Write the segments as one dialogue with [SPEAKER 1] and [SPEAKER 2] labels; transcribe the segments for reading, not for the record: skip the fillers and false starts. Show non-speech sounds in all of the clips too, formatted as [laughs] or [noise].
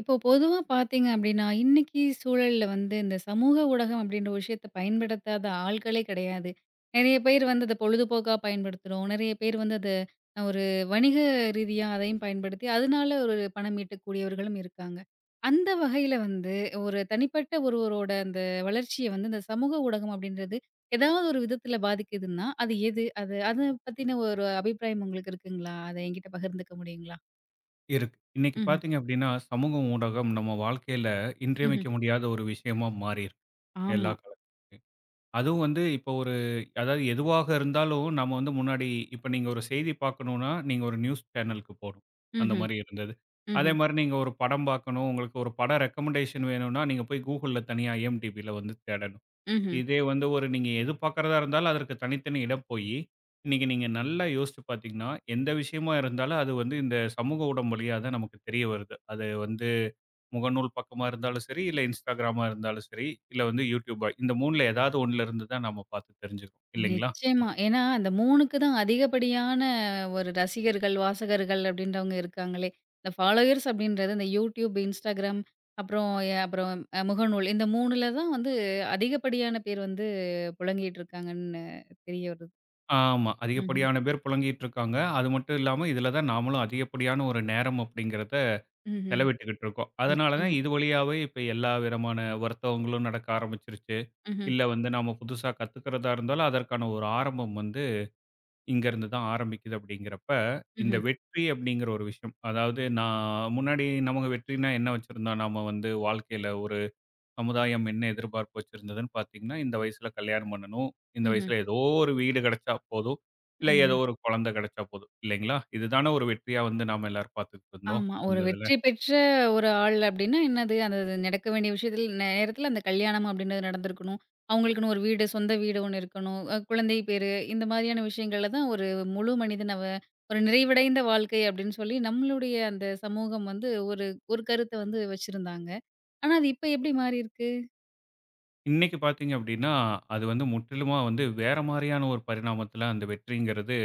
[SPEAKER 1] இப்போ பொதுவா பார்த்தீங்க அப்படின்னா, இன்னைக்கு சூழல்ல வந்து இந்த சமூக ஊடகம் அப்படின்ற ஒரு விஷயத்த பயன்படுத்தாத ஆள்களே கிடையாது. நெறைய பேர் வந்து அத பொழுதுபோக்கா பயன்படுத்துறோம். நெறைய பேர் வந்து அத ஒரு வணிக ரீதியா அதையும் பயன்படுத்தி, அதனால ஒரு பணம் ஈட்டக்கூடியவர்களும் இருக்காங்க. அந்த வகையில வந்து ஒரு தனிப்பட்ட ஒருவரோட அந்த வளர்ச்சிய வந்து இந்த சமூக ஊடகம் அப்படின்றது ஏதாவது ஒரு விதத்தில பாதிக்குதுன்னா, அது எது? அது அத பத்தின ஒரு அபிப்பிராயம் உங்களுக்கு இருக்குங்களா? அத என்கிட்ட பகிர்ந்துக்க முடியுங்களா?
[SPEAKER 2] இருக்கு. இன்னைக்கு
[SPEAKER 1] ம்ஹ்ம்,
[SPEAKER 2] பார்த்தீங்க அப்படின்னா, சமூக ஊடகம் நம்ம வாழ்க்கையில
[SPEAKER 1] ம்ஹ்ம்.
[SPEAKER 2] இன்றியமைக்க முடியாத ஒரு விஷயமா மாறியிருக்கு. எல்லா
[SPEAKER 1] ஆமா.
[SPEAKER 2] கால அதுவும் வந்து இப்போ ஒரு அதாவது எதுவாக இருந்தாலும் நம்ம வந்து முன்னாடி இப்ப நீங்க ஒரு செய்தி பார்க்கணும்னா, நீங்க ஒரு நியூஸ் சேனலுக்கு போணும். அந்த
[SPEAKER 1] ம்ஹ்ம்.
[SPEAKER 2] மாரி இருந்தது. அதே
[SPEAKER 1] ம்ஹ்ம்.
[SPEAKER 2] மாரி நீங்க ஒரு படம் பார்க்கணும், உங்களுக்கு ஒரு படம் ரெக்கமெண்டேஷன் வேணும்னா, நீங்க போய் Googleல தனியா IMDbல வந்து தேடணும்.
[SPEAKER 1] ம்ஹ்ம்.
[SPEAKER 2] இதே வந்து ஒரு நீங்க எது பார்க்கிறதா இருந்தாலும் அதற்கு தனித்தனி இடம் போயி, இன்னைக்கு நீங்க நல்லா யோசிச்சு பார்த்தீங்கன்னா, எந்த விஷயமா இருந்தாலும் அது வந்து இந்த சமூக ஊடம் வழியா தான் நமக்கு தெரிய வருது. அது வந்து முகநூல் பக்கமா இருந்தாலும் சரி, இல்ல Instagramமா இருந்தாலும் சரி, இல்ல வந்து YouTubeபா இந்த 3ல ஏதாவது 1ல இருந்து தான் நம்ம பார்த்து தெரிஞ்சுக்கிறோம் இல்லைங்களா? இந்த
[SPEAKER 1] நிச்சயமா. ஏன்னா, அந்த 3க்கு தான் அதிகப்படியான ஒரு ரசிகர்கள், வாசகர்கள் அப்படின்றவங்க இருக்காங்களே. இந்த ஃபாலோயர்ஸ் அப்படின்றது இந்த YouTube, Instagram அப்புறம் முகநூல் இந்த 3ல தான் வந்து அதிகப்படியான பேர் வந்து புழங்கிட்டு இருக்காங்கன்னு தெரிய வருது.
[SPEAKER 2] ஆமா.
[SPEAKER 1] ம்ஹ்ம்.
[SPEAKER 2] அதிகப்படியான பேர் புழங்கிட்டு இருக்காங்க. அது மட்டும் இல்லாம இதில தான் நாமளும் அதிகப்படியான ஒரு நேரம் அப்படிங்கிறத
[SPEAKER 1] ம்ஹ்ம்.
[SPEAKER 2] செலவிட்டுக்கிட்டு இருக்கோம். அதனால தான்
[SPEAKER 1] நிச்சயமா.
[SPEAKER 2] இது வழியாவே இப்ப எல்லா விதமான வர்த்தகங்களும் நடக்க ஆரம்பிச்சிருச்சு.
[SPEAKER 1] ம்ஹ்ம்.
[SPEAKER 2] இல்ல வந்து நாம புதுசா கத்துக்கிறதா இருந்தாலும், அதற்கான ஒரு ஆரம்பம் வந்து இங்கருந்து தான் ஆரம்பிக்குது அப்படிங்கிறப்ப, இந்த
[SPEAKER 1] ம்ஹ்ம்.
[SPEAKER 2] வெற்றி அப்படிங்கிற ஒரு விஷயம். அதாவது நான் முன்னாடி நமக்கு வெற்றினா என்ன வச்சிருந்தோம்? நாம வந்து வாழ்க்கையில ஒரு சமுதாயம் என்ன எதிர்பார்ப்பு வச்சிருந்ததுன்னு பார்த்தீங்கன்னா, இந்த வயசுல கல்யாணம் பண்ணணும். இந்த
[SPEAKER 1] ம்ஹ்ம்.
[SPEAKER 2] வயசுல ஏதோ ஒரு வீடு கிடைச்சா போதும். இல்ல ஏதோ
[SPEAKER 1] ம்.
[SPEAKER 2] ஒரு குழந்தை கிடைச்சா போதும். இல்லைங்களா? இதுதானே ஒரு வெற்றியா வந்து நாம எல்லாரும் பார்த்துக்கிட்டு இருந்தோம்,
[SPEAKER 1] ஆமா. ஒரு
[SPEAKER 2] அந்த இதுல.
[SPEAKER 1] வெற்றி பெற்ற ஒரு ஆள் அப்டின்னா என்னது? அந்த அது நடக்க வேண்டிய விஷயத்தில் நேரத்தில அந்த கல்யாணம் அப்டின்றது நடந்திருக்கணும். அவங்களுக்குன்னு ஒரு வீடு, சொந்த வீடு ஒண்ணு இருக்கணும். குழந்தை பேரு இந்த மாதிரியான விஷயங்கள்ல தான் ஒரு முழு மனிதன் அவன் ஒரு நிறைவடைந்த வாழ்க்கை அப்டின்னு சொல்லி நம்மளுடைய அந்த சமூகம் வந்து ஒரு ஒரு கருத்த வந்து வச்சிருந்தாங்க. ஆனா அது இப்ப எப்டி மாறியிருக்கு?
[SPEAKER 2] இன்னைக்கு பார்த்தீங்க அப்படின்னா, அது வந்து முற்றிலுமா வந்து வேற மாரியான ஒரு பரிணாமத்தில அந்த வெற்றிங்கிறது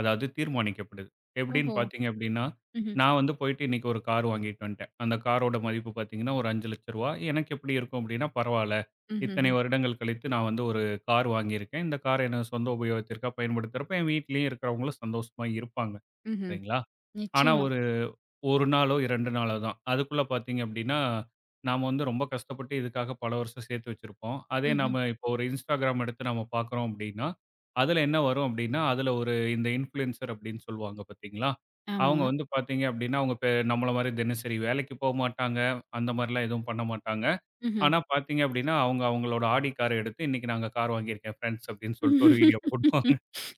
[SPEAKER 2] அதாவது தீர்மானிக்கப்படுது. எப்படின்னு
[SPEAKER 1] ஓஹோ!
[SPEAKER 2] பார்த்தீங்க அப்படின்னா,
[SPEAKER 1] ம்ஹ்ம்.
[SPEAKER 2] நான் வந்து போயிட்டு இன்னைக்கு ஒரு கார் வாங்கிட்டு வந்துட்டேன். அந்த காரோட மதிப்பு பார்த்தீங்கன்னா, ஒரு ரூ. 5,00,000 எனக்கு எப்படி இருக்கும் அப்படின்னா, பரவால்ல.
[SPEAKER 1] ம்ஹ்ஹ்ம்.
[SPEAKER 2] இத்தனை வருடங்கள் கழித்து நான் வந்து ஒரு கார் வாங்கியிருக்கேன். இந்த கார் எனது சொந்த உபயோகத்திற்காக பயன்படுத்துறப்ப, என் வீட்லயும் இருக்கிறவங்களும் சந்தோஷமா இருப்பாங்க.
[SPEAKER 1] ம்ஹ்ம்.
[SPEAKER 2] சரிங்களா? ஆனா,
[SPEAKER 1] நிச்சயமா.
[SPEAKER 2] ஒரு 1 நாளோ 2 நாளோ தான். அதுக்குள்ள பார்த்தீங்க அப்படின்னா, நாம வந்து ரொம்ப கஷ்டப்பட்டு இதுக்காக பல வருஷம் சேர்த்து வச்சிருப்போம். அதே
[SPEAKER 1] ம்ஹ்ம்.
[SPEAKER 2] நாம இப்போ ஒரு Instagram எடுத்து நாம பார்க்குறோம் அப்படின்னா, அதுல என்ன வரும் அப்படின்னா, அதுல ஒரு இந்த இன்ஃப்ளூயன்சர் அப்படின்னு சொல்லுவாங்க பார்த்தீங்களா?
[SPEAKER 1] ஆமா.
[SPEAKER 2] அவங்க வந்து பார்த்தீங்க அப்படின்னா, அவங்க நம்மள மாரி தினசரி வேலைக்கு போ மாட்டாங்க. அந்த மாரிலாம் எதுவும் பண்ண மாட்டாங்க.
[SPEAKER 1] ம்ஹ்ம்.
[SPEAKER 2] ஆனா பார்த்தீங்க அப்படின்னா, அவங்க அவங்களோட ஆடி கார எடுத்து, "இன்னைக்கு நாங்க கார் வாங்கியிருக்கேன் ஃபிரெண்ட்ஸ்" அப்படின்னு சொல்லிட்டு ஒரு வீடியோ போடுவாங்க.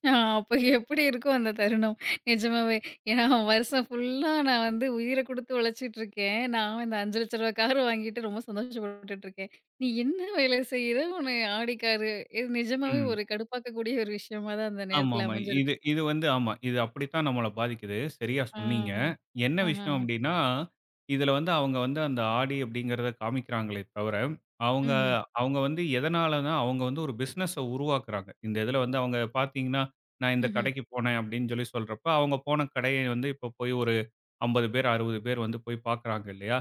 [SPEAKER 1] ஆ, அப்ப எப்படி இருக்கும் அந்த தருணம்? நிஜமாவே. ஏன்னா வருஷம் ஃபுல்லா நான் வந்து உயிர குடுத்து உழைச்சிட்டுருக்கேன். நான் இந்த ரூ. 5,00,000 கார் வாங்கிட்டு ரொம்ப சந்தோஷப்பட்டுட்டுருக்கேன். நீ என்ன வேலை செய்ற? உன்ன ஆடி காரு. இது நிஜமாவே ஒரு கடுப்பாக்கக்கூடிய ஒரு விஷயமா தான் அந்த நேரத்துல
[SPEAKER 2] ஆமாமா. இது
[SPEAKER 1] அமைஞ்சிருக்கும்.
[SPEAKER 2] இது வந்து ஆமா. இது அப்படித்தான் நம்மள பாதிக்குது. சரியா
[SPEAKER 1] ஆ.
[SPEAKER 2] சொன்னீங்க. என்ன
[SPEAKER 1] ஆஹா.
[SPEAKER 2] விஷயம் அப்படின்னா, இதுல வந்து அவங்க வந்து அந்த ஆடி அப்படிங்கிறத காமிக்கிறாங்களே தவிர, அவங்க
[SPEAKER 1] ம்ஹ்ம்.
[SPEAKER 2] அவங்க வந்து எதனாலனா, அவங்க வந்து ஒரு பிசினஸ உருவாக்குறாங்க. இந்த இதுல வந்து அவங்க பார்த்தீங்கன்னா, நான் இந்த
[SPEAKER 1] ம்ஹ்ம்.
[SPEAKER 2] கடைக்கு போனேன் அப்படின்னு சொல்லி சொல்றப்ப, அவங்க போன கடைய வந்து இப்போ போய் ஒரு 50 பேர், 60 பேர் வந்து போய் பார்க்குறாங்க இல்லையா?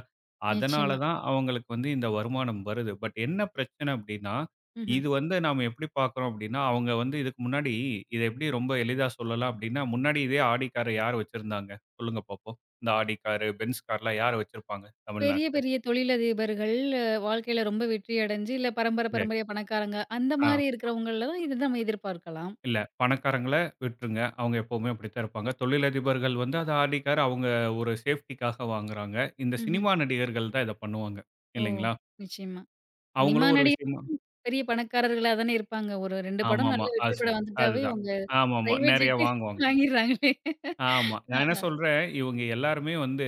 [SPEAKER 2] அதனால
[SPEAKER 1] நிச்சயமா.
[SPEAKER 2] தான் அவங்களுக்கு வந்து இந்த வருமானம் வருது. பட் என்ன பிரச்சனை அப்படின்னா,
[SPEAKER 1] ம்ஹ்ம்.
[SPEAKER 2] இது வந்து நாம எப்படி பார்க்குறோம் அப்படின்னா, அவங்க வந்து இதுக்கு முன்னாடி இத எப்படி ரொம்ப எளிதா சொல்லலாம் அப்படின்னா, முன்னாடி இதே ஆடி கார யார் வச்சிருந்தாங்க? சொல்லுங்க பார்ப்போம். இந்த ஆடி காரு, பென்ஸ் கார்லாம் யார் வச்சிருப்பாங்க
[SPEAKER 1] பெரிய
[SPEAKER 2] தமிழ்நாட்ல?
[SPEAKER 1] பெரிய தொழிலதிபர்கள், வாழ்க்கையில ரொம்ப வெற்றி அடைஞ்சு, இல்ல பரம்பர
[SPEAKER 2] சரி.
[SPEAKER 1] பரம்பரையா பணக்காரங்க அந்த
[SPEAKER 2] ஆ
[SPEAKER 1] மாரி இருக்கிறவங்கள்ல தான் இத நம்ம எதிர்பார்க்கலாம்.
[SPEAKER 2] இல்ல பணக்காரங்கள விட்டுருங்க. அவங்க எப்பவுமே அப்படித்தான் இருப்பாங்க. தொழிலதிபர்கள் வந்து அத ஆடி கார் அவங்க ஒரு சேஃப்டிக்காக வாங்குறாங்க. இந்த
[SPEAKER 1] ம்ஹ்ம்.
[SPEAKER 2] சினிமா நடிகர்கள் தான் இத பண்ணுவாங்க
[SPEAKER 1] ஓ!
[SPEAKER 2] இல்லைங்களா?
[SPEAKER 1] நிச்சயமா. சினிமா
[SPEAKER 2] அவங்களும் ஒரு
[SPEAKER 1] நடிகர்
[SPEAKER 2] விஷயமா
[SPEAKER 1] பெரிய பணக்காரர்களா தானே இருப்பாங்க. ஒரு 2 படம்
[SPEAKER 2] ஆமாமா.
[SPEAKER 1] நல்ல
[SPEAKER 2] அது
[SPEAKER 1] வெற்றி படம்
[SPEAKER 2] சரி.
[SPEAKER 1] வந்துட்டாவே,
[SPEAKER 2] அதுதான்.
[SPEAKER 1] அவங்க
[SPEAKER 2] ஆமாமா.
[SPEAKER 1] பிரைவேட்
[SPEAKER 2] நெறைய
[SPEAKER 1] ஜெட்டே
[SPEAKER 2] வாங்குவாங்க.
[SPEAKER 1] வாங்கிடுறாங்களே!
[SPEAKER 2] ஆமா. நான் என்ன சொல்றேன், இவங்க எல்லாருமே வந்து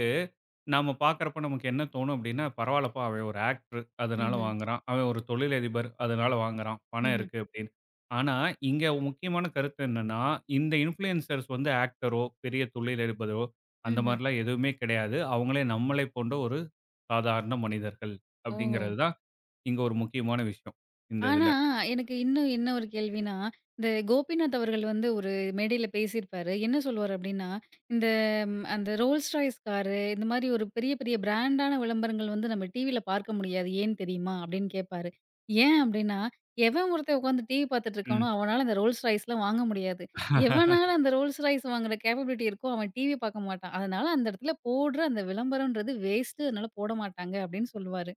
[SPEAKER 2] நாம பார்க்குறப்ப நமக்கு என்ன தோணும் அப்டின்னா, பரவால்லப்பா அவன் ஒரு ஆக்டர் அதனால
[SPEAKER 1] ம்ஹ்ம்.
[SPEAKER 2] வாங்குறான். அவன் ஒரு தொழிலதிபர் அதனால வாங்குறான். பணம்
[SPEAKER 1] ம்ஹ்ம்.
[SPEAKER 2] இருக்கு அப்டின்னு. ஆனா, இங்க முக்கியமான கருத்து என்னன்னா, இந்த இன்ஃப்ளூயன்சர்ஸ் வந்து ஆக்டரோ, பெரிய தொழிலதிபரோ அந்த
[SPEAKER 1] ம்ஹ்ம்.
[SPEAKER 2] மாரிலாம் எதுவுமே கிடையாது. அவங்களே நம்மளை போன்ற ஒரு சாதாரண மனிதர்கள்
[SPEAKER 1] ஓ!
[SPEAKER 2] அப்டிங்கிறது தான் இங்க ஒரு முக்கியமான விஷயம். இந்த
[SPEAKER 1] ஆனா,
[SPEAKER 2] இதுல.
[SPEAKER 1] எனக்கு இன்னும் என்ன ஒரு கேள்வின்னா, இந்த கோபிநாத் அவர்கள் வந்து ஒரு மேடையில பேசியிருப்பாரு. என்ன சொல்லுவாரு அப்டின்னா, இந்த அந்த ரோல்ஸ் ராய்ஸ் காரு, இந்த மாரி ஒரு பெரிய பெரிய பிராண்டான விளம்பரங்கள் வந்து நம்ம டிவில பார்க்க முடியாது. ஏன் தெரியுமா? அப்டின்னு கேட்பாரு. ஏன் அப்டின்னா, எவன் ஒருத்தன் உட்காந்து டிவி பார்த்துட்டு இருக்கானோ,
[SPEAKER 2] ம்.
[SPEAKER 1] அவனால அந்த ரோல்ஸ் ராய்ஸ்லாம் வாங்க முடியாது. எவனால அந்த ரோல்ஸ் ராய்ஸ் வாங்குற கேப்பபிலிட்டி இருக்கோ, அவன் டிவி பார்க்க மாட்டான். அதனால அந்த இடத்துல போடுற அந்த விளம்பரம்ன்றது வேஸ்ட்டு. அதனால போட மாட்டாங்க அப்டின்னு சொல்லுவாரு.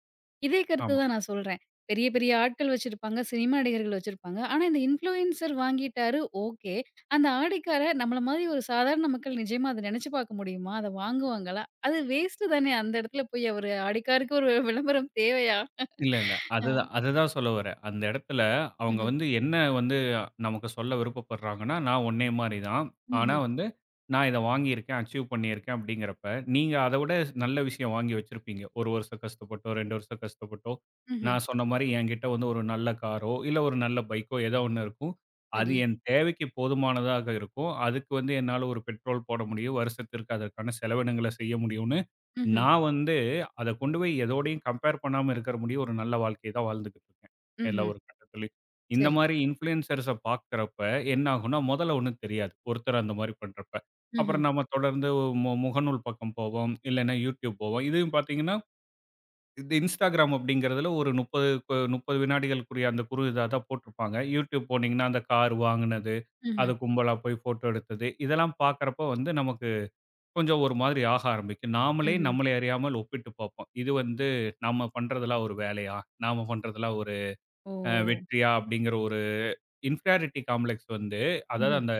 [SPEAKER 1] இதே கருத்து
[SPEAKER 2] ஆமா.
[SPEAKER 1] தான் நான் சொல்றேன். பெரிய பெரிய ஆட்கள் வச்சிருப்பாங்க. சினிமா நடிகர்கள் வச்சிருப்பாங்க. ஆனா, இந்த இன்ஃப்ளூயன்சர் வாங்கிட்டாரு, ஓகே. அந்த ஆடைக்காரர் நம்மள மாரி ஒரு சாதாரண மக்கள் நிஜமா அத நெனச்சு பாக்க முடியுமா? அத வாங்குவாங்களா? அது வேஸ்ட்டு தானே அந்த இடத்துல போய் அவரு ஆடைக்காருக்கு ஒரு விளம்பரம் தேவையா?
[SPEAKER 2] இல்ல, இல்ல.
[SPEAKER 1] அ.
[SPEAKER 2] அதுதான் அதுதான் சொல்ல வரேன். அந்த இடத்துல அவங்க
[SPEAKER 1] ம்ஹ்ம்.
[SPEAKER 2] வந்து என்ன வந்து நமக்கு சொல்ல விருப்பப்படுறாங்கன்னா, நான் உன்னைய மாரி தான். ஆனா
[SPEAKER 1] ம்ஹ்ம்.
[SPEAKER 2] வந்து நான் இத வாங்கியிருக்கேன், அச்சீவ் பண்ணியிருக்கேன் அப்படிங்கிறப்ப, நீங்க அத விட நல்ல விஷயம் வாங்கி வச்சிருப்பீங்க. 1 வருஷம் கஷ்டப்பட்டோ, 2 வருஷம் கஷ்டப்பட்டோ,
[SPEAKER 1] ம்ஹ்ம்.
[SPEAKER 2] நான் சொன்ன மாரி என்கிட்ட வந்து ஒரு நல்ல காரோ, இல்ல ஒரு நல்ல பைக்கோ ஏதோ ஒண்ணு இருக்கும். அது
[SPEAKER 1] சரி.
[SPEAKER 2] என் தேவைக்கு போதுமானதாக இருக்கும். அதுக்கு வந்து என்னால ஒரு பெட்ரோல் போட முடியும். வருஷத்திற்கு அதற்கான செலவினங்கள செய்ய முடியும்னு
[SPEAKER 1] ம்ஹ்ம்.
[SPEAKER 2] நான் வந்து அத கொண்டு போய் எதோடையும் கம்பேர் பண்ணாம இருக்கிற முடியும் ஒரு நல்ல வாழ்க்கைய தான் வாழ்ந்துகிட்டு இருக்கேன். எல்லா
[SPEAKER 1] ம்ஹ்ம்.
[SPEAKER 2] ஒரு கட்டத்திலயும். இந்த
[SPEAKER 1] சரி.
[SPEAKER 2] மாரி இன்ஃப்ளூயன்சர்ஸ பார்க்கிறப்ப என்ன ஆகும்னா, முதல்ல ஒண்ணும் தெரியாது. ஒருத்தர் அந்த மாரி பண்றப்ப.
[SPEAKER 1] ம்ஹ்ம்.
[SPEAKER 2] அப்புறம் நம்ம தொடர்ந்து முகநூல் பக்கம் போவோம். இல்லைன்னா YouTube போவோம். இதுவும் பார்த்தீங்கன்னா, இந்த Instagram அப்படிங்கிறதுல ஒரு 30 கு 30 வினாடிகளுக்குரிய அந்த குறு இதா தான் போட்டிருப்பாங்க. YouTube போனீங்கன்னா, அந்த கார் வாங்குனது, அது
[SPEAKER 1] ம்ஹ்ம்.
[SPEAKER 2] கும்பலா போய் ஃபோட்டோ எடுத்தது, இதெல்லாம் பார்க்கிறப்போ வந்து நமக்கு கொஞ்சம் ஒரு மாதிரி ஆக ஆரம்பிக்கும். நாமளே
[SPEAKER 1] ம்ஹ்ம்.
[SPEAKER 2] நம்மளை அறியாமல் ஒப்பிட்டு பார்ப்போம். இது வந்து நம்ம பண்றதெல்லாம் ஒரு வேலையா? நாம பண்றதெல்லாம் ஒரு
[SPEAKER 1] ஓ!
[SPEAKER 2] அ வெற்றியா? அப்படிங்கிற ஒரு இன்ஃபீரியாரிட்டி காம்ப்ளெக்ஸ் வந்து அதாவது
[SPEAKER 1] ம்ஹ்ம்.
[SPEAKER 2] அந்த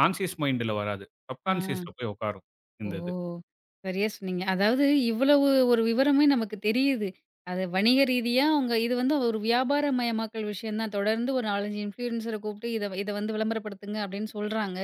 [SPEAKER 2] கான்ஷியஸ் மைண்ட்ல வராது.
[SPEAKER 1] ஆ.
[SPEAKER 2] சப்கான்ஷியஸ்ல போய் உட்காரும்
[SPEAKER 1] ஓ!
[SPEAKER 2] இந்த இது.
[SPEAKER 1] சரியா சொன்னீங்க. அதாவது இவ்வளவு ஒரு விவரமே நமக்கு தெரியுது. அது வணிக ரீதியா அவங்க இது வந்து ஒரு வியாபாரமயமாக்கல் விஷயம் தான். தொடர்ந்து ஒரு 4, 5 இன்ஃப்ளூயன்சர கூப்பிட்டு இத இத வந்து விளம்பரப்படுத்துங்க அப்படின்னு சொல்றாங்க.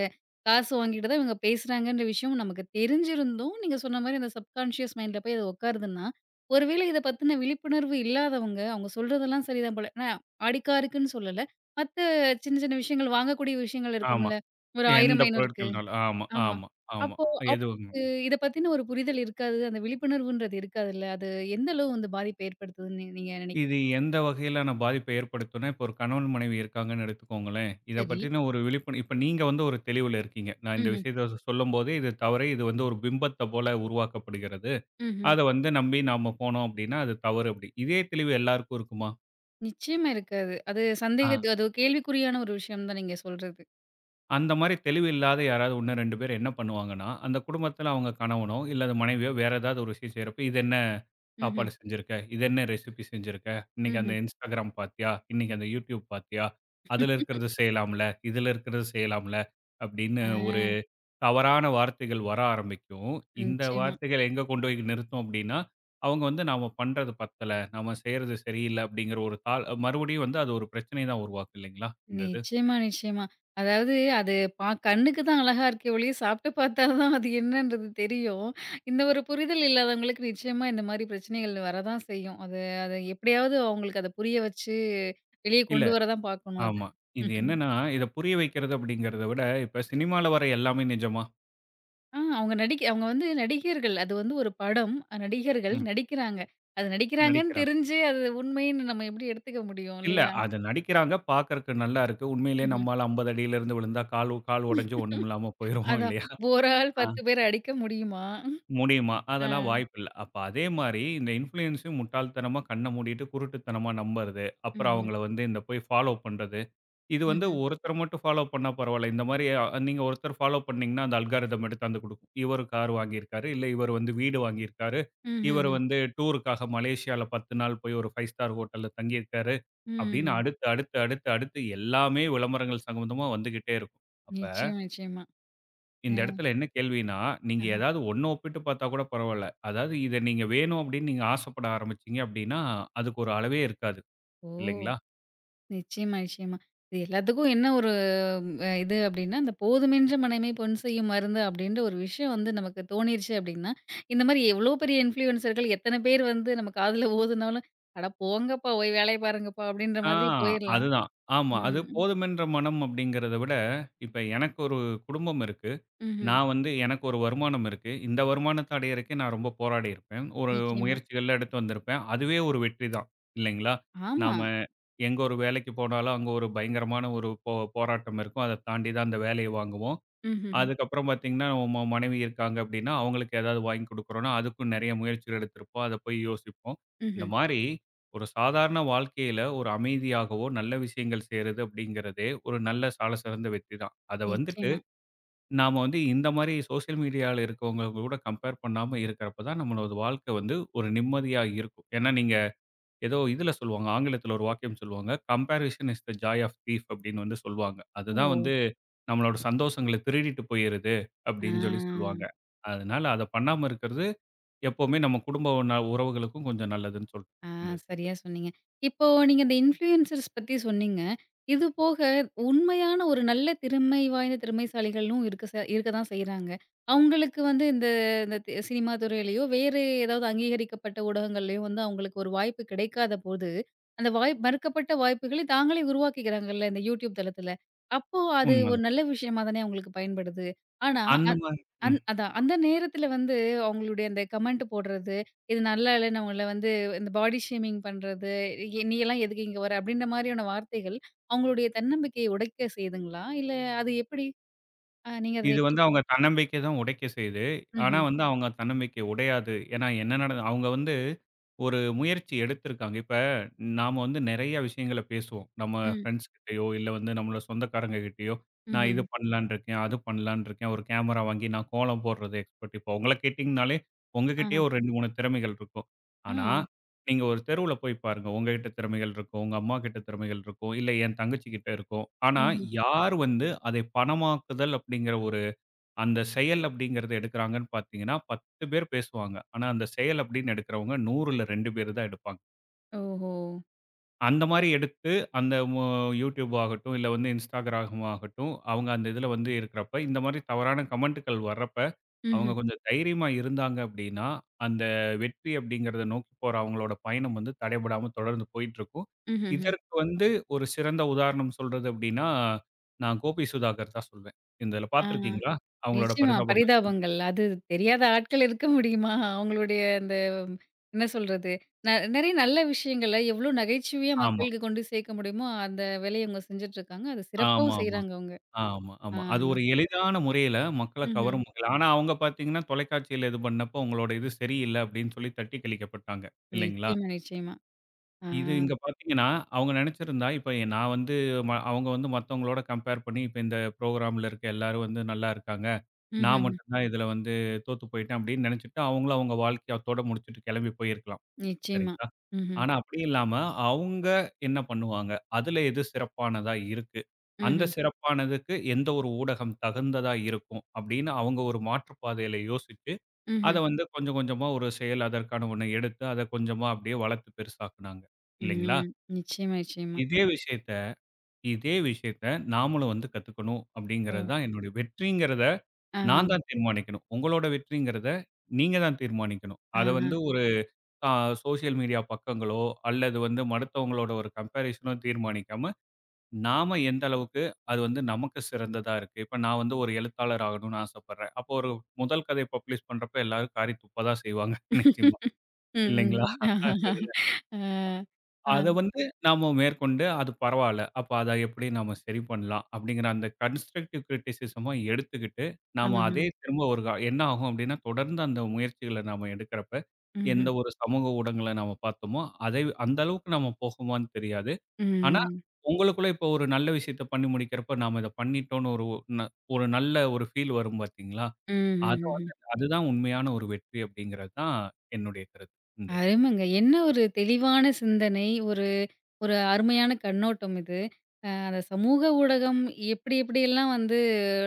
[SPEAKER 1] காசு வாங்கிட்டு தான் இவங்க பேசுறாங்கன்ற விஷயம் நமக்கு தெரிஞ்சிருந்தும், நீங்க சொன்ன மாரி அந்த சப்கான்ஷியஸ் மைண்ட்ல போய் அது உட்காருதுன்னா, ஒருவேளை இத பத்தின விழிப்புணர்வு இல்லாதவங்க, அவங்க சொல்றதெல்லாம் சரிதான் போல. நான் ஆடிக்காருக்குன்னு சொல்லல. மத்த சின்ன சின்ன விஷயங்கள் வாங்கக்கூடிய விஷயங்கள்
[SPEAKER 2] ஆமா.
[SPEAKER 1] இருக்கும்ல. ஒரு
[SPEAKER 2] எந்த
[SPEAKER 1] 1000, 500க்கு
[SPEAKER 2] பொருட்கள்னாலும். ஆமா,
[SPEAKER 1] ஆமா.
[SPEAKER 2] ஆமா, ஆமா.
[SPEAKER 1] அப்போ
[SPEAKER 2] எதுவும்
[SPEAKER 1] அவங்களுக்கு இத பத்தின ஒரு புரிதல் இருக்காது. அந்த விழிப்புணர்வுன்றது இருக்காதுல்ல. அது எந்த அளவு வந்து பாதிப்ப ஏற்படுத்துதுன்னு நீங்க
[SPEAKER 2] இது
[SPEAKER 1] நினைக்கிறீங்க?
[SPEAKER 2] எந்த வகையிலான பாதிப்பை ஏற்படுத்தும்னா, இப்போ ஒரு கணவன் மனைவி இருக்காங்கன்னு எடுத்துக்கோங்களேன். இத
[SPEAKER 1] சரி.
[SPEAKER 2] பத்தின ஒரு விழிப்புணர் இப்ப நீங்க வந்து ஒரு தெளிவுல இருக்கீங்க. நான் இந்த
[SPEAKER 1] ம்ஹ்ம்.
[SPEAKER 2] விஷயத்த சொல்லும்போது இது தவறு. இது வந்து ஒரு பிம்பத்த போல உருவாக்கப்படுகிறது.
[SPEAKER 1] ம்ஹ்ம்.
[SPEAKER 2] அத வந்து நம்பி நாம போனோம் அப்படின்னா, அது தவறு அப்படி. இதே தெளிவு எல்லாருக்கும் இருக்குமா?
[SPEAKER 1] நிச்சயமா இருக்காது. அது
[SPEAKER 2] ஆ.
[SPEAKER 1] சந்தேகத்து அது ஒரு கேள்விக்குறியான ஒரு விஷயம் தான் நீங்க சொல்றது.
[SPEAKER 2] அந்த மாரி தெளிவு இல்லாத யாராவது 1, 2 பேர் என்ன பண்ணுவாங்கன்னா, அந்த குடும்பத்தில அவங்க கணவனோ, இல்ல அது மனைவியோ வேற ஏதாவது ஒரு விஷயம் செய்றப்ப, "இது என்ன
[SPEAKER 1] ம்ஹ்ம்.
[SPEAKER 2] சாப்பாடு செஞ்சிருக்க? இது என்ன ரெசிபி செஞ்சிருக்க? இன்னைக்கு அந்த
[SPEAKER 1] ம்ஹ்ம்.
[SPEAKER 2] Instagram பாத்தியா? இன்னைக்கு அந்த YouTube பாத்தியா? அதுல இருக்கிறது செய்யலாம்ல, இதுல இருக்கிறது செய்யலாம்ல" அப்படின்னு
[SPEAKER 1] ஆ,
[SPEAKER 2] தவறான வார்த்தைகள் வர ஆரம்பிக்கும். இந்த
[SPEAKER 1] நிச்சயமா.
[SPEAKER 2] வார்த்தைகள் எங்க கொண்டு போய் நிறுத்தும் அப்படின்னா, அவங்க வந்து நாம பண்றது பத்தல, நாம செய்றது சரியில்ல அப்படிங்கிற ஒரு தாள் மறுபடியும் வந்து அது ஒரு பிரச்சனைய தான் உருவாக்கும் இல்லைங்களா? இந்த இது.
[SPEAKER 1] நிச்சயமா, நிச்சயமா. அதாவது அது பா கண்ணுக்கு தான் அழகா இருக்கே ஒழிய, சாப்பிட்டு பார்த்தா தான் அது என்னன்றது தெரியும். இந்த ஒரு புரிதல் இல்லாதவங்களுக்கு நிச்சயமா இந்த மாரி பிரச்சனைகள் வரதான் செய்யும். அது அது எப்படியாவது அவங்களுக்கு அத புரிய வச்சு, வெளிய
[SPEAKER 2] இல்ல
[SPEAKER 1] கொண்டு வர தான் பார்க்கணும் அது.
[SPEAKER 2] ஆமா. இது
[SPEAKER 1] ம்ஹும்.
[SPEAKER 2] என்னன்னா, இத புரிய வைக்கிறது அப்படிங்கிறத விட, இப்ப சினிமால வர எல்லாமே நிஜமா?
[SPEAKER 1] ஆ, அவங்க நடிக்க அவங்க வந்து நடிகர்கள். அது வந்து ஒரு படம். நடிகர்கள்
[SPEAKER 2] ம்.
[SPEAKER 1] நடிக்கிறாங்க. அது நடிக்கிறாங்கன்னு
[SPEAKER 2] நடிக்கிறாங்க.
[SPEAKER 1] தெரிஞ்சு, அது உண்மைன்னு நம்ம எப்படி எடுத்துக்க முடியும்
[SPEAKER 2] இல்ல
[SPEAKER 1] இல்லையா?
[SPEAKER 2] அது நடிக்கிறாங்க, பார்க்கறக்கு நல்லா இருக்கு. உண்மையிலேயே
[SPEAKER 1] ம்ஹ்ம்.
[SPEAKER 2] நம்மாள் 50 அடியில இருந்து விழுந்தா, கால் கால் உடைஞ்சு ஒண்ணுமில்லாம போயிருவோம்
[SPEAKER 1] அதான்.
[SPEAKER 2] இல்லையா?
[SPEAKER 1] ஒரு ஆள் 10 பேர அடிக்க முடியுமா?
[SPEAKER 2] முடியுமா?
[SPEAKER 1] ஆ.
[SPEAKER 2] அதெல்லாம் வாய்ப்பில்ல. அப்ப அதே மாரி இந்த இன்ஃப்ளூயன்ஸையும் முட்டாள்தனமா கண்ண மூடிட்டு குருட்டுத்தனமா நம்புறது. அப்புறம்
[SPEAKER 1] ம்ஹ்ம்.
[SPEAKER 2] அவங்கள வந்து இந்த போய் ஃபாலோ பண்றது. இது வந்து
[SPEAKER 1] ம்ஹ்ம்.
[SPEAKER 2] ஒருத்தர் மட்டும் ஃபாலோ பண்ணா பரவால்ல. இந்த மாரி அ நீங்க ஒருத்தர் ஃபாலோ பண்ணீங்கன்னா, அந்த அல்காரிதம் எடுத்தாந்து குடுக்கும். இவரு கார் வாங்கியிருக்காரு. இல்ல இவரு வந்து வீடு வாங்கியிருக்காரு. இவரு
[SPEAKER 1] ம்ஹ்ம்.
[SPEAKER 2] வந்து டூருக்காக மலேசியால 10 நாள் போய் ஒரு 5 ஸ்டார் ஹோட்டல்ல தங்கியிருக்காரு. அப்படின்னு
[SPEAKER 1] ம்.
[SPEAKER 2] அடுத்து, அடுத்து, அடுத்து, அடுத்து எல்லாமே விளம்பரங்கள் சம்மந்தமா வந்துகிட்டே இருக்கும். அப்ப
[SPEAKER 1] நிச்சயமா, நிச்சயமா.
[SPEAKER 2] இந்த
[SPEAKER 1] அ
[SPEAKER 2] இடத்துல என்ன கேள்வின்னா, நீங்க ஏதாவது ஒண்ண ஒப்பிட்டு பார்த்தா கூட பரவால்ல. அதாவது இத நீங்க வேணும் அப்படின்னு நீங்க ஆசைப்பட ஆரம்பிச்சீங்க அப்படின்னா, அதுக்கு ஒரு அளவே இருக்காது.
[SPEAKER 1] ஓ!
[SPEAKER 2] இல்லைங்களா?
[SPEAKER 1] நிச்சயமா, நிச்சயமா. இது எல்லாத்துக்கும் என்ன ஒரு இது அப்படின்னா, இந்த "போதுமென்ற மனமே பொன் செய்யும் மருந்து" அப்படின்ற ஒரு விஷயம் வந்து நமக்கு தோணிருச்சு அப்படின்னா, இந்த மாரி எவ்வளோ பெரிய இன்ஃப்ளூயன்சர்கள் எத்தன பேர் வந்து நம்ம காதுல ஓதுனாலும், "அட போங்கப்பா, போய் வேலைய பாருங்கப்பா" அப்படின்ற
[SPEAKER 2] ஆ
[SPEAKER 1] மாதிரி போயிரலாம்.
[SPEAKER 2] அதுதான். ஆமா. அது
[SPEAKER 1] ம்.
[SPEAKER 2] போதுமென்ற மனம் அப்படிங்கிறத விட, இப்ப எனக்கு ஒரு குடும்பம் இருக்கு.
[SPEAKER 1] ம்ஹ்ம்.
[SPEAKER 2] நான் வந்து எனக்கு ஒரு வருமானம் இருக்கு. இந்த வருமானத்த அடையறக்கே நான் ரொம்ப போராடியிருப்பேன். ஒரு
[SPEAKER 1] நிச்சயமா.
[SPEAKER 2] முயற்சிகள்லாம் எடுத்து வந்திருப்பேன். அதுவே ஒரு வெற்றி தான். இல்லைங்களா?
[SPEAKER 1] ஆமா.
[SPEAKER 2] நாம எங்க ஒரு வேலைக்கு போனாலும், அங்க ஒரு பயங்கரமான ஒரு போராட்டம் இருக்கும். அத தாண்டி தான் அந்த வேலைய வாங்குவோம்.
[SPEAKER 1] ம்ஹ்ஹ்ம்.
[SPEAKER 2] அதுக்கப்புறம் பார்த்தீங்கன்னா, மனைவி இருக்காங்க அப்படின்னா, அவங்களுக்கு ஏதாவது வாங்கி குடுக்குறோம்னா, அதுக்கும் நெறைய முயற்சிகள் எடுத்திருப்போம். அத போய் யோசிப்போம். இந்த
[SPEAKER 1] ம்ஹ்ம்.
[SPEAKER 2] மாரி ஒரு சாதாரண வாழ்க்கையில ஒரு அமைதியாகவோ, நல்ல விஷயங்கள் செய்றது அப்படிங்கிறதே ஒரு நல்ல சால சிறந்த வெற்றி தான். அத வந்துட்டு
[SPEAKER 1] நிச்சயமா.
[SPEAKER 2] நாம வந்து இந்த மாரி சோசியல் மீடியால இருக்கவங்க கூட கம்பேர் பண்ணாம இருக்கிறப்ப தான் நம்மளோட வாழ்க்கை வந்து ஒரு நிம்மதியா இருக்கும். ஏன்னா, நீங்க ஏதோ இதுல சொல்லுவாங்க. ஆங்கிலத்துல ஒரு வாக்கியம் சொல்லுவாங்க. "Comparison is the joy of thief" அப்படின்னு வந்து சொல்லுவாங்க. அதுதான்
[SPEAKER 1] ஓ!
[SPEAKER 2] வந்து நம்மளோட சந்தோஷங்கள திருடிட்டு போயிருது
[SPEAKER 1] ஆ.
[SPEAKER 2] அப்படின்னு சொல்லி சொல்லுவாங்க. அதனால அத பண்ணாம இருக்கிறது எப்பவுமே நம்ம குடும்ப உறவுகளுக்கும் கொஞ்சம் நல்லதுன்னு சொல்றேன்.
[SPEAKER 1] ஆ,
[SPEAKER 2] இந்த இது.
[SPEAKER 1] சரியா சொன்னீங்க. இப்போ நீங்க இந்த இன்ஃப்ளூயன்சர்ஸ் பத்தி சொன்னீங்க. இது போக உண்மையான ஒரு நல்ல திறமை வாய்ந்த திறமைசாலிகளும் இருக்க தான் செய்றாங்க. அவங்களுக்கு வந்து இந்த இந்த தி சினிமா துறையிலயோ, வேறு ஏதாவது அங்கீகரிக்கப்பட்ட ஊடகங்கள்லயோ வந்து அவங்களுக்கு ஒரு வாய்ப்பு கிடைக்காத போது, அந்த வாய்ப் மறுக்கப்பட்ட வாய்ப்புகளை தாங்களே உருவாக்கிக்கிறாங்கல்ல இந்த YouTube தளத்துல. அப்போ அது ஒரு
[SPEAKER 2] உண்மதான்.
[SPEAKER 1] நல்ல விஷயமா தானே அவங்களுக்கு பயன்படுது. ஆனா
[SPEAKER 2] அந்த
[SPEAKER 1] அந்
[SPEAKER 2] மாரி ம்.
[SPEAKER 1] அந் அதான் அந்த நேரத்துல வந்து அவங்களுடைய அந்த கமெண்ட் போடுறது, இது நல்லா இல்லன்னு அவங்கள வந்து இந்த பாடி ஷேமிங் பண்றது, "நீ எல்லாம் எதுக்கு இங்க வர?" அப்படின்ற மாரியான வார்த்தைகள் அவங்களுடைய தன்னம்பிக்கையை உடைக்க செய்யுதுங்களா? இல்ல அது எப்படி? நீங்க அத
[SPEAKER 2] இது
[SPEAKER 1] எப்படி
[SPEAKER 2] வந்து அவங்க தன்னம்பிக்கை தான் உடைக்க செய்யுது. ஆனா
[SPEAKER 1] ம்ஹ்ம்.
[SPEAKER 2] வந்து அவங்க தன்னம்பிக்கை உடையாது. ஏன்னா என்ன நடந்த அவங்க வந்து ஒரு முயற்சி எடுத்திருக்காங்க. இப்ப நாம வந்து நெறைய விஷயங்கள பேசுவோம். நம்ம
[SPEAKER 1] ம்.
[SPEAKER 2] ஃப்ரெண்ட்ஸ் கிட்டயோ, இல்ல வந்து நம்மளோட சொந்தக்காரங்க கிட்டயோ, நான் இது
[SPEAKER 1] ம்ஹ்ம்.
[SPEAKER 2] பண்ணலான்னு இருக்கேன், அது பண்ணலான்னு இருக்கேன். ஒரு கேமரா வாங்கி நான் கோலம் போடுறது எக்ஸ்பர்ட். இப்போ உங்கள கேட்டீங்கனாலே, உங்ககிட்டயே
[SPEAKER 1] ஆஹா.
[SPEAKER 2] ஒரு 2, 3 திறமைகள் இருக்கும்.
[SPEAKER 1] ஆ.
[SPEAKER 2] ஆனா, நீங்க ஒரு தெருவுல போய் பாருங்க. உங்ககிட்ட திறமைகள் இருக்கும். உங்க அம்மா கிட்ட திறமைகள் இருக்கும். இல்ல என் தங்கச்சி கிட்ட இருக்கும். ஆனா,
[SPEAKER 1] ம்ஹ்ம்.
[SPEAKER 2] யார் வந்து அதை பணமாக்குதல் அப்படிங்கிற ஒரு அந்த செயல் அப்படிங்கிறது எடுக்குறாங்கன்னு பார்த்தீங்கன்னா, 10 பேர் பேசுவாங்க. ஆனா, அந்த செயல் அப்படின்னு எடுக்கிறவங்க 100ல 2 பேர் தான் எடுப்பாங்க.
[SPEAKER 1] ஓஹோ!
[SPEAKER 2] அந்த மாரி எடுத்து அந்த YouTube ஆகட்டும், இல்ல வந்து Instagram ஆகட்டும், அவங்க அந்த இதில வந்து இருக்கிறப்ப, இந்த மாரி தவறான கமெண்ட்டுகள் வர்றப்ப, அவங்க
[SPEAKER 1] ம்ஹ்ம்.
[SPEAKER 2] கொஞ்சம் தைரியமா இருந்தாங்க அப்படின்னா, அந்த வெற்றி அப்படிங்கிறத நோக்கி போற அவங்களோட பயணம் வந்து தடைபடாம தொடர்ந்து போயிட்டுருக்கும்.
[SPEAKER 1] ம்ஹ்ஹ்ம்.
[SPEAKER 2] இதற்கு வந்து ஒரு சிறந்த உதாரணம் சொல்றது அப்படின்னா, நான் கோபி சுதாகர் தான் சொல்வேன். இந்த இதில
[SPEAKER 1] ஆ,
[SPEAKER 2] பார்த்துருக்கீங்களா? அவங்களோட
[SPEAKER 1] நிச்சயமா
[SPEAKER 2] பரிதாபங்கள்.
[SPEAKER 1] பரிதாபங்கள். அது தெரியாத ஆட்கள் இருக்க முடியுமா? அவங்களுடைய அந்த உம், என்ன சொல்றது? ந நெறைய நல்ல விஷயங்கள எவ்வளோ நகைச்சுவையா
[SPEAKER 2] ஆமா.
[SPEAKER 1] மக்களுக்கு கொண்டு சேர்க்க முடியுமோ, அந்த வேலைய அவங்க செஞ்சுட்டு இருக்காங்க. அது
[SPEAKER 2] ஆமாமா,
[SPEAKER 1] சிறப்பாவும்
[SPEAKER 2] ஆமா,
[SPEAKER 1] செய்றாங்க அவங்க.
[SPEAKER 2] ஆமா.
[SPEAKER 1] ஆ.
[SPEAKER 2] ஆமா அது ஒரு எளிதான முறையில மக்கள கவர
[SPEAKER 1] ம்ஹ்ம்.
[SPEAKER 2] முடியல. ஆனா, அவங்க பார்த்தீங்கன்னா, தொலைக்காட்சியில இது பண்ணப்போ உங்களோட இது சரியில்ல அப்படின்னு சொல்லி தட்டி கழிக்கப்பட்டாங்க இல்லைங்களா?
[SPEAKER 1] நிச்சயமா, நிச்சயமா. ஆ.
[SPEAKER 2] இது இங்க பார்த்தீங்கன்னா, அவங்க நெனச்சிருந்தா இப்ப நான் வந்து அவங்க வந்து மத்தவங்களோட கம்பேர் பண்ணி இப்ப இந்த ப்ரோகிராம்ல இருக்க எல்லாரும் வந்து நல்லா இருக்காங்க. நான்
[SPEAKER 1] ம்ஹ்ம்.
[SPEAKER 2] மட்டும் தான் இதுல வந்து தோத்து போயிட்டேன் அப்படின்னு நெனச்சுட்டு, அவங்களும் அவங்க வாழ்க்கைய அத்தோட முடிச்சுட்டு கெளம்பி போயிருக்கலாம்.
[SPEAKER 1] நிச்சயமா.
[SPEAKER 2] சரிங்களா?
[SPEAKER 1] ம்ஹ்ம்.
[SPEAKER 2] ஆனா அப்படி இல்லாம, அவுங்க என்ன பண்ணுவாங்க? அதுல எது சிறப்பானதா இருக்கு? அந்த
[SPEAKER 1] ம்ஹ்ம்.
[SPEAKER 2] சிறப்பானதுக்கு எந்த ஒரு ஊடகம் தகுந்ததா இருக்கும்? அப்படின்னு அவங்க ஒரு மாற்று பாதையில யோசிச்சு, அத
[SPEAKER 1] ம்ஹ்ம்.
[SPEAKER 2] வந்து கொஞ்சம் கொஞ்சமா ஒரு செயல் அதற்கான ஒண்ண எடுத்து, அத கொஞ்சமா அப்படியே வளர்த்து பெருசாக்குனாங்க. இல்லைங்களா?
[SPEAKER 1] ம். நிச்சயமா, நிச்சயமா.
[SPEAKER 2] இதே விஷயத்த இதே விஷயத்த நாமளும் வந்து கத்துக்கணும்
[SPEAKER 1] ஓ!
[SPEAKER 2] அப்படிங்கிறது தான் என்னுடைய வெற்றிங்கிறத
[SPEAKER 1] ஆஹா.
[SPEAKER 2] நான் தான் தீர்மானிக்கணும். உங்களோட வெற்றிங்கிறத நீங்க தான் தீர்மானிக்கணும். அத
[SPEAKER 1] ஆஹா.
[SPEAKER 2] வந்து ஒரு ஆ சோசியல் மீடியா பக்கங்களோ, அல்லது வந்து மடுத்தவங்களோட ஒரு கம்பேரிசனோ தீர்மானிக்காம, நாம எந்த அளவுக்கு அது வந்து நமக்கு சிறந்ததா இருக்கு. இப்ப நான் வந்து ஒரு எழுத்தாளர் ஆகணும்னு ஆசைப்படுறேன். அப்போ ஒரு முதல் கதை பப்ளிஷ் பண்றப்ப எல்லாரும் காரி துப்ப தான் செய்வாங்க [laughs] நிச்சயமா.
[SPEAKER 1] ம்,
[SPEAKER 2] இல்லைங்களா?
[SPEAKER 1] ம். ஆஹஹா. ஆ. ஆ.
[SPEAKER 2] அத வந்து நாம மேற்கொண்டு, அது பரவால்ல. அப்ப அத எப்படி நாம சரி பண்ணலாம்? அப்படிங்கிற அந்த கன்ஸ்ட்ரக்டிவ் கிரிட்டிசிசமா எடுத்துக்கிட்டு, நாம
[SPEAKER 1] ஆஹா.
[SPEAKER 2] அதே திரும்ப ஒரு என்ன ஆகும் அப்படின்னா, தொடர்ந்து அந்த முயற்சிகள நாம எடுக்கிறப்ப, எந்த
[SPEAKER 1] ம்ஹ்ம்.
[SPEAKER 2] ஒரு சமூக ஊடகங்கள நாம பார்த்தோமோ, அதை அந்த அளவுக்கு நாம போகுமான்னு தெரியாது. ஆனா,
[SPEAKER 1] ம்.
[SPEAKER 2] உங்களுக்குள்ள இப்போ ஒரு நல்ல விஷயத்த பண்ணி முடிக்கிறப்ப, நாம இத பண்ணிட்டோம்னு ஒரு ந ஒரு நல்ல ஒரு ஃபீல் வரும் பார்த்தீங்களா? அது வந்து
[SPEAKER 1] ம்ஹ்ஹ்ம்.
[SPEAKER 2] அதுதான் உண்மையான ஒரு வெற்றி அப்படிங்கிறது தான் என்னுடைய கருத்து. இந்த
[SPEAKER 1] அருமைங்க. என்ன ஒரு தெளிவான சிந்தனை. ஒரு ஒரு அருமையான கண்ணோட்டம் இது. அந்த சமூக ஊடகம் எப்படி எப்படியெல்லாம் வந்து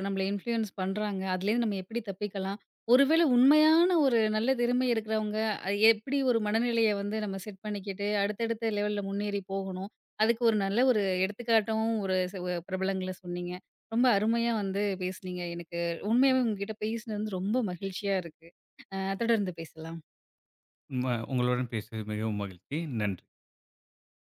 [SPEAKER 1] நம்மள இன்ஃப்ளூயன்ஸ் பண்றாங்க. அதுலேருந்து நம்ம எப்படி தப்பிக்கலாம்? ஒருவேளை உண்மையான ஒரு நல்ல திறமை இருக்கிறவங்க, எப்படி ஒரு மனநிலைய வந்து நம்ம செட் பண்ணிக்கிட்டு அடுத்தடுத்த லெவல்ல முன்னேறி போகணும். அதுக்கு ஒரு நல்ல ஒரு எடுத்துக்காட்டாவும் ஒரு ச பிரபலங்கள சொன்னீங்க. ரொம்ப அருமையா வந்து பேசுனீங்க. எனக்கு உண்மையாவே உங்ககிட்ட பேசினது வந்து ரொம்ப மகிழ்ச்சியா இருக்கு. தொடர்ந்து பேசலாம்.
[SPEAKER 2] உங்களுடன் பேசியது மிகவும் மகிழ்ச்சி. நன்றி.